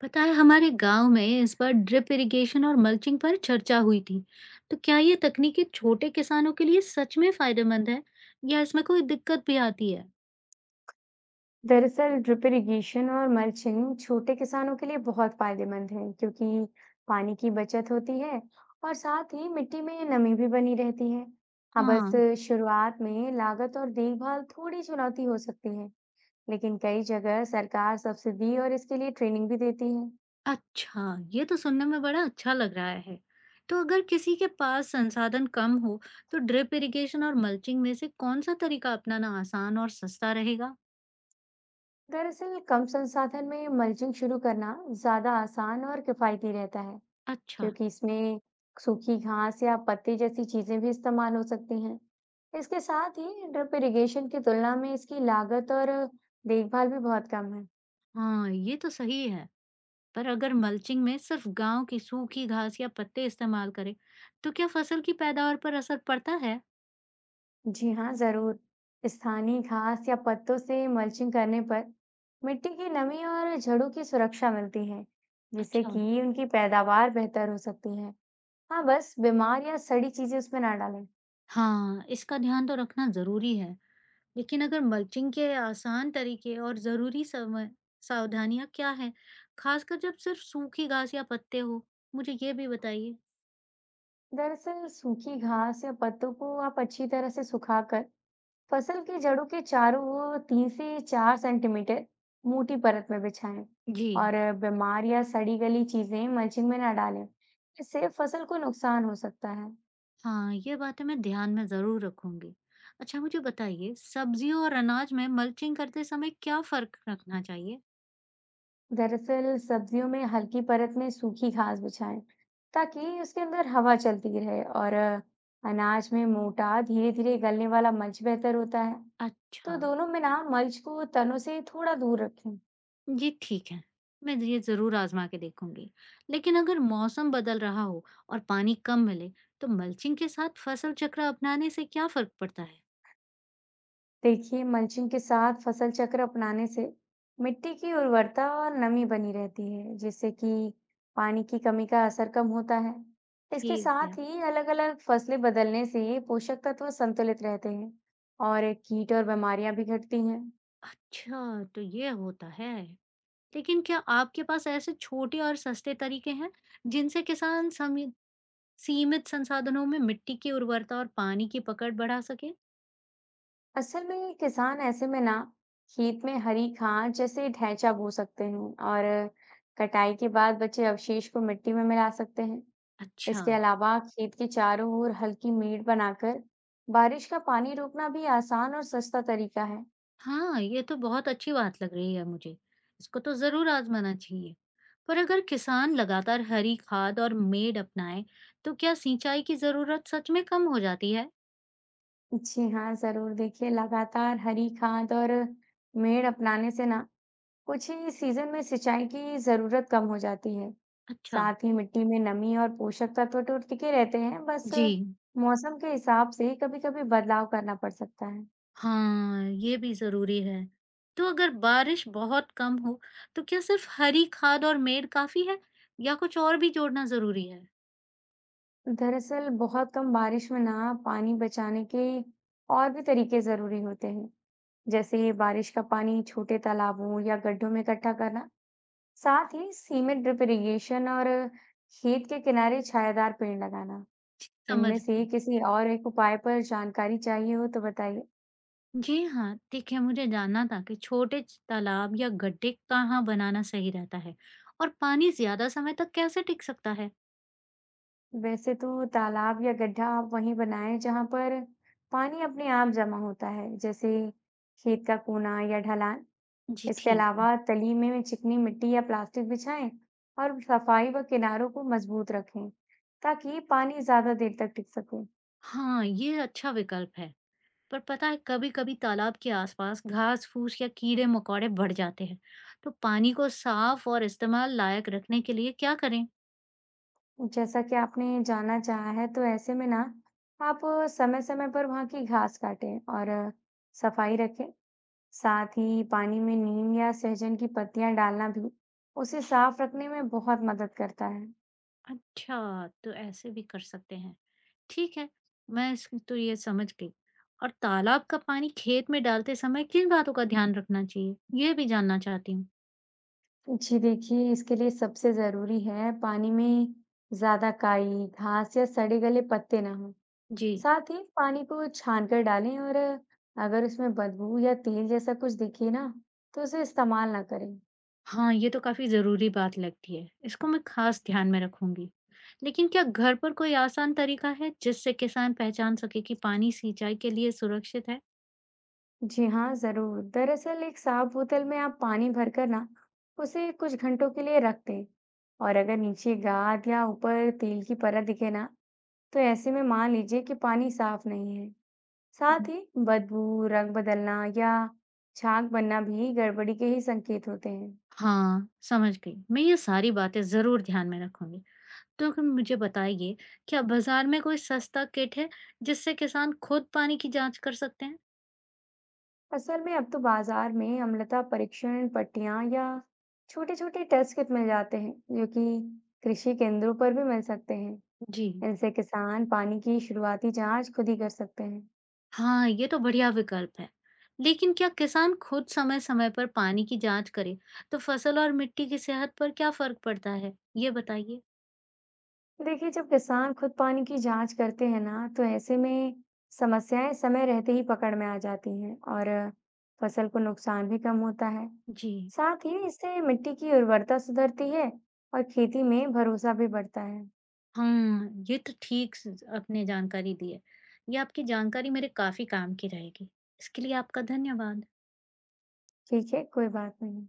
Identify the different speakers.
Speaker 1: पता है हमारे गांव में इस बार ड्रिप इरिगेशन और मल्चिंग पर चर्चा हुई थी। तो क्या ये तकनीकें छोटे किसानों के लिए सच में फायदेमंद है या इसमें कोई दिक्कत भी आती है?
Speaker 2: दरअसल ड्रिप इरिगेशन और मल्चिंग छोटे किसानों के लिए बहुत फायदेमंद है, क्योंकि पानी की बचत होती है और साथ ही मिट्टी में नमी भी बनी रहती है। हाँ, बस
Speaker 1: हाँ।
Speaker 2: शुरुआत में लागत और देखभाल थोड़ी चुनौती हो सकती है, लेकिन कई जगह सरकार सब्सिडी और इसके लिए ट्रेनिंग भी देती है।
Speaker 1: अच्छा, ये तो सुनने में बड़ा अच्छा लग रहा है। तो अगर किसी के पास संसाधन कम हो, तो ड्रिप इरिगेशन और मल्चिंग में से कौन सा तरीका अपनाना आसान और सस्ता रहेगा?
Speaker 2: दरअसल कम संसाधन में मल्चिंग शुरू करना ज्यादा आसान और किफायती रहता है,
Speaker 1: अच्छा।
Speaker 2: क्योंकि इसमें सूखी घास या पत्ते जैसी चीजें भी इस्तेमाल हो सकती हैं। इसके साथ ही ड्रिप इरिगेशन की तुलना में इसकी लागत और देखभाल भी बहुत कम है।
Speaker 1: हाँ, ये तो सही है। पर अगर मल्चिंग में सिर्फ गांव की सूखी घास या पत्ते इस्तेमाल करें, तो क्या फसल की पैदावार पर असर पड़ता है?
Speaker 2: जी हाँ, जरूर। स्थानीय घास या पत्तों से मल्चिंग करने पर मिट्टी की नमी और जड़ों की सुरक्षा मिलती है, जिससे
Speaker 1: अच्छा।
Speaker 2: कि उनकी पैदावार बेहतर हो सकती है। हाँ, बस बीमार या सड़ी चीजें उसमें ना डालें।
Speaker 1: हाँ, इसका ध्यान तो रखना जरूरी है। लेकिन अगर मल्चिंग के आसान तरीके और जरूरी समय, सावधानियां क्या है, खासकर जब सिर्फ सूखी घास या पत्ते हो, मुझे ये भी बताइए।
Speaker 2: दरअसल सूखी घास या पत्तों को आप अच्छी तरह से सुखाकर फसल की जड़ों के चारों ओर 3 से 4 सेंटीमीटर मोटी परत में बिछाएं,
Speaker 1: जी
Speaker 2: और बीमार या सड़ी गली चीजें मल्चिंग में ना डालें। इससे फसल को नुकसान हो सकता है।
Speaker 1: हाँ, ये बातें मैं ध्यान में जरूर रखूंगी। अच्छा, मुझे बताइए सब्जियों और अनाज में मल्चिंग करते समय क्या फर्क रखना चाहिए?
Speaker 2: दरअसल सब्जियों में हल्की परत में सूखी घास बिछाएं, ताकि उसके अंदर हवा चलती रहे, और अनाज में मोटा धीरे धीरे गलने वाला मल्च बेहतर होता है। तो
Speaker 1: अच्छा।
Speaker 2: दोनों में ना, मल्च को तनों से थोड़ा दूर रखें।
Speaker 1: जी ठीक है, मैं ये ज़रूर आज़मा के देखूंगी। लेकिन अगर मौसम बदल रहा हो और पानी कम मिले, तो मल्चिंग के साथ फसल चक्र अपनाने से क्या फर्क पड़ता है?
Speaker 2: देखिए, मल्चिंग के साथ फसल चक्र अपनाने से मिट्टी की उर्वरता और नमी बनी रहती है, जिससे कि पानी की कमी का असर कम होता है। इसके
Speaker 1: ठीक है।
Speaker 2: साथ ही अलग-अलग फसलें बदलने से पोषक तत्व संतुलित रहते हैं और कीट और बीमारियां भी घटती हैं।
Speaker 1: अच्छा, तो ये होता है। लेकिन क्या आपके पास ऐसे छोटे और सस्ते तरीके हैं, जिनसे किसान समी सीमित संसाधनों में मिट्टी की उर्वरता और पानी की पकड़ बढ़ा सके?
Speaker 2: असल में किसान ऐसे में ना, खेत में हरी खाद जैसे ढैंचा बो सकते हैं और कटाई के बाद बचे अवशेष को मिट्टी में मिला सकते हैं।
Speaker 1: अच्छा।
Speaker 2: इसके अलावा खेत के चारों ओर हल्की मेड़ बनाकर बारिश का पानी रोकना भी आसान और सस्ता तरीका है।
Speaker 1: हाँ, ये तो बहुत अच्छी बात लग रही है मुझे। इसको तो ज़रूर आज़माना चाहिए। पर अगर किसान लगातार हरी खाद और मेड़ अपनाए, तो क्या सिंचाई की ज़रूरत सच में कम हो जाती है?
Speaker 2: जी हाँ, जरूर। देखिए, लगातार हरी खाद और मेड़ अपनाने से ना, कुछ ही सीजन में सिंचाई की जरूरत कम हो जाती है।
Speaker 1: अच्छा।
Speaker 2: साथ ही मिट्टी में नमी और पोषक तत्व तो टिके रहते हैं। बस
Speaker 1: जी।
Speaker 2: मौसम के हिसाब से कभी-कभी बदलाव करना पड़ सकता है।
Speaker 1: हाँ, ये भी ज़रूरी है। तो अगर बारिश बहुत कम हो, तो क्या सिर्फ हरी खाद और मेड़ काफ़ी है या कुछ और भी जोड़ना ज़रूरी है?
Speaker 2: दरअसल बहुत कम बारिश में ना, पानी बचाने के और भी तरीके जरूरी होते हैं। जैसे बारिश का पानी छोटे तालाबों या गड्ढों में इकट्ठा करना, साथ ही सीमित ड्रिप इरिगेशन, और खेत के किनारे छायादार पेड़ लगाना।
Speaker 1: समझ
Speaker 2: इनमें से
Speaker 1: गई।
Speaker 2: किसी और एक उपाय पर जानकारी चाहिए हो तो बताइए।
Speaker 1: जी हाँ, देखिए मुझे जानना था कि तालाब या गड्ढे कहाँ बनाना सही रहता है और पानी ज्यादा समय तक कैसे टिक सकता है।
Speaker 2: वैसे तो तालाब या गड्ढा आप वहीं बनाएं जहां पर पानी अपने आप जमा होता है, जैसे खेत का कोना या ढलान।
Speaker 1: जी
Speaker 2: इसके
Speaker 1: ठीक है।
Speaker 2: अलावा तली में चिकनी मिट्टी या प्लास्टिक बिछाएं, और सफाई व किनारों को मजबूत रखें, ताकि पानी ज्यादा देर तक टिक सके।
Speaker 1: हाँ, ये अच्छा विकल्प है। पर पता है कभी कभी तालाब के आसपास घास फूस या कीड़े मकोड़े बढ़ जाते हैं, तो पानी को साफ और इस्तेमाल लायक रखने के लिए क्या करें?
Speaker 2: जैसा कि आपने जानना चाहा है, तो ऐसे में ना, आप समय समय पर वहां की घास काटें और सफाई रखें। साथ ही पानी में नीम या सहजन की पत्तियां डालना भी उसे साफ रखने में बहुत मदद करता है।
Speaker 1: अच्छा, तो ऐसे भी कर सकते हैं। ठीक है, मैं इस तो ये समझ गई। और तालाब का पानी खेत में डालते समय किन बातों का ध्यान रखना चाहिए? ये भी जानना चाहती हूँ।
Speaker 2: जी, देखिए, इसके लिए सबसे जरूरी है पानी में ज्यादा काई, घास या सड़े गले पत्ते ना हों।
Speaker 1: जी।
Speaker 2: साथ ही पानी को छानकर डालें, और अगर उसमें बदबू या तेल जैसा कुछ दिखे ना, तो उसे इस्तेमाल ना करें।
Speaker 1: हाँ, ये तो काफ़ी ज़रूरी बात लगती है। इसको मैं ख़ास ध्यान में रखूँगी। लेकिन क्या घर पर कोई आसान तरीका है जिससे किसान पहचान सके कि पानी सिंचाई के लिए सुरक्षित है?
Speaker 2: जी हाँ, जरूर। दरअसल एक साफ बोतल में आप पानी भरकर ना, उसे कुछ घंटों के लिए रख दें, और अगर नीचे गाद या ऊपर तेल की परत दिखे ना, तो ऐसे में मान लीजिए कि पानी साफ नहीं है। साथ
Speaker 1: हम्म।
Speaker 2: ही बदबू, रंग बदलना या छाग बनना भी गड़बड़ी के ही संकेत होते हैं।
Speaker 1: हाँ, समझ गई। मैं ये सारी बातें ज़रूर ध्यान में रखूँगी। तो अगर मुझे बताइए, क्या बाज़ार में कोई सस्ता किट है जिससे किसान खुद पानी की जाँच कर सकते हैं?
Speaker 2: असल में अब तो बाजार में अम्लता परीक्षण पट्टियां या छोटे छोटे टेस्ट किट मिल जाते हैं, जो कि कृषि केंद्रों पर भी मिल सकते हैं।
Speaker 1: जी।
Speaker 2: इनसे किसान पानी की शुरुआती जांच खुद ही कर सकते हैं।
Speaker 1: हाँ, ये तो बढ़िया विकल्प है। लेकिन क्या किसान खुद समय-समय पर पानी की जांच करे, तो फसल और मिट्टी की सेहत पर क्या फर्क पड़ता है? ये बताइए।
Speaker 2: देखिए, जब किसान खुद पानी की जांच करते हैं ना, तो ऐसे में समस्याएं समय रहते ही पकड़ में आ जाती हैं और फसल को नुकसान भी कम होता है।
Speaker 1: जी।
Speaker 2: साथ ही इससे मिट्टी की उर्वरता सुधरती है और खेती में भरोसा भी बढ़ता है।
Speaker 1: हाँ, ये तो ठीक स आपने जानकारी दी है। ये आपकी जानकारी मेरे काफ़ी काम की रहेगी। इसके लिए आपका धन्यवाद।
Speaker 2: ठीक है, कोई बात नहीं।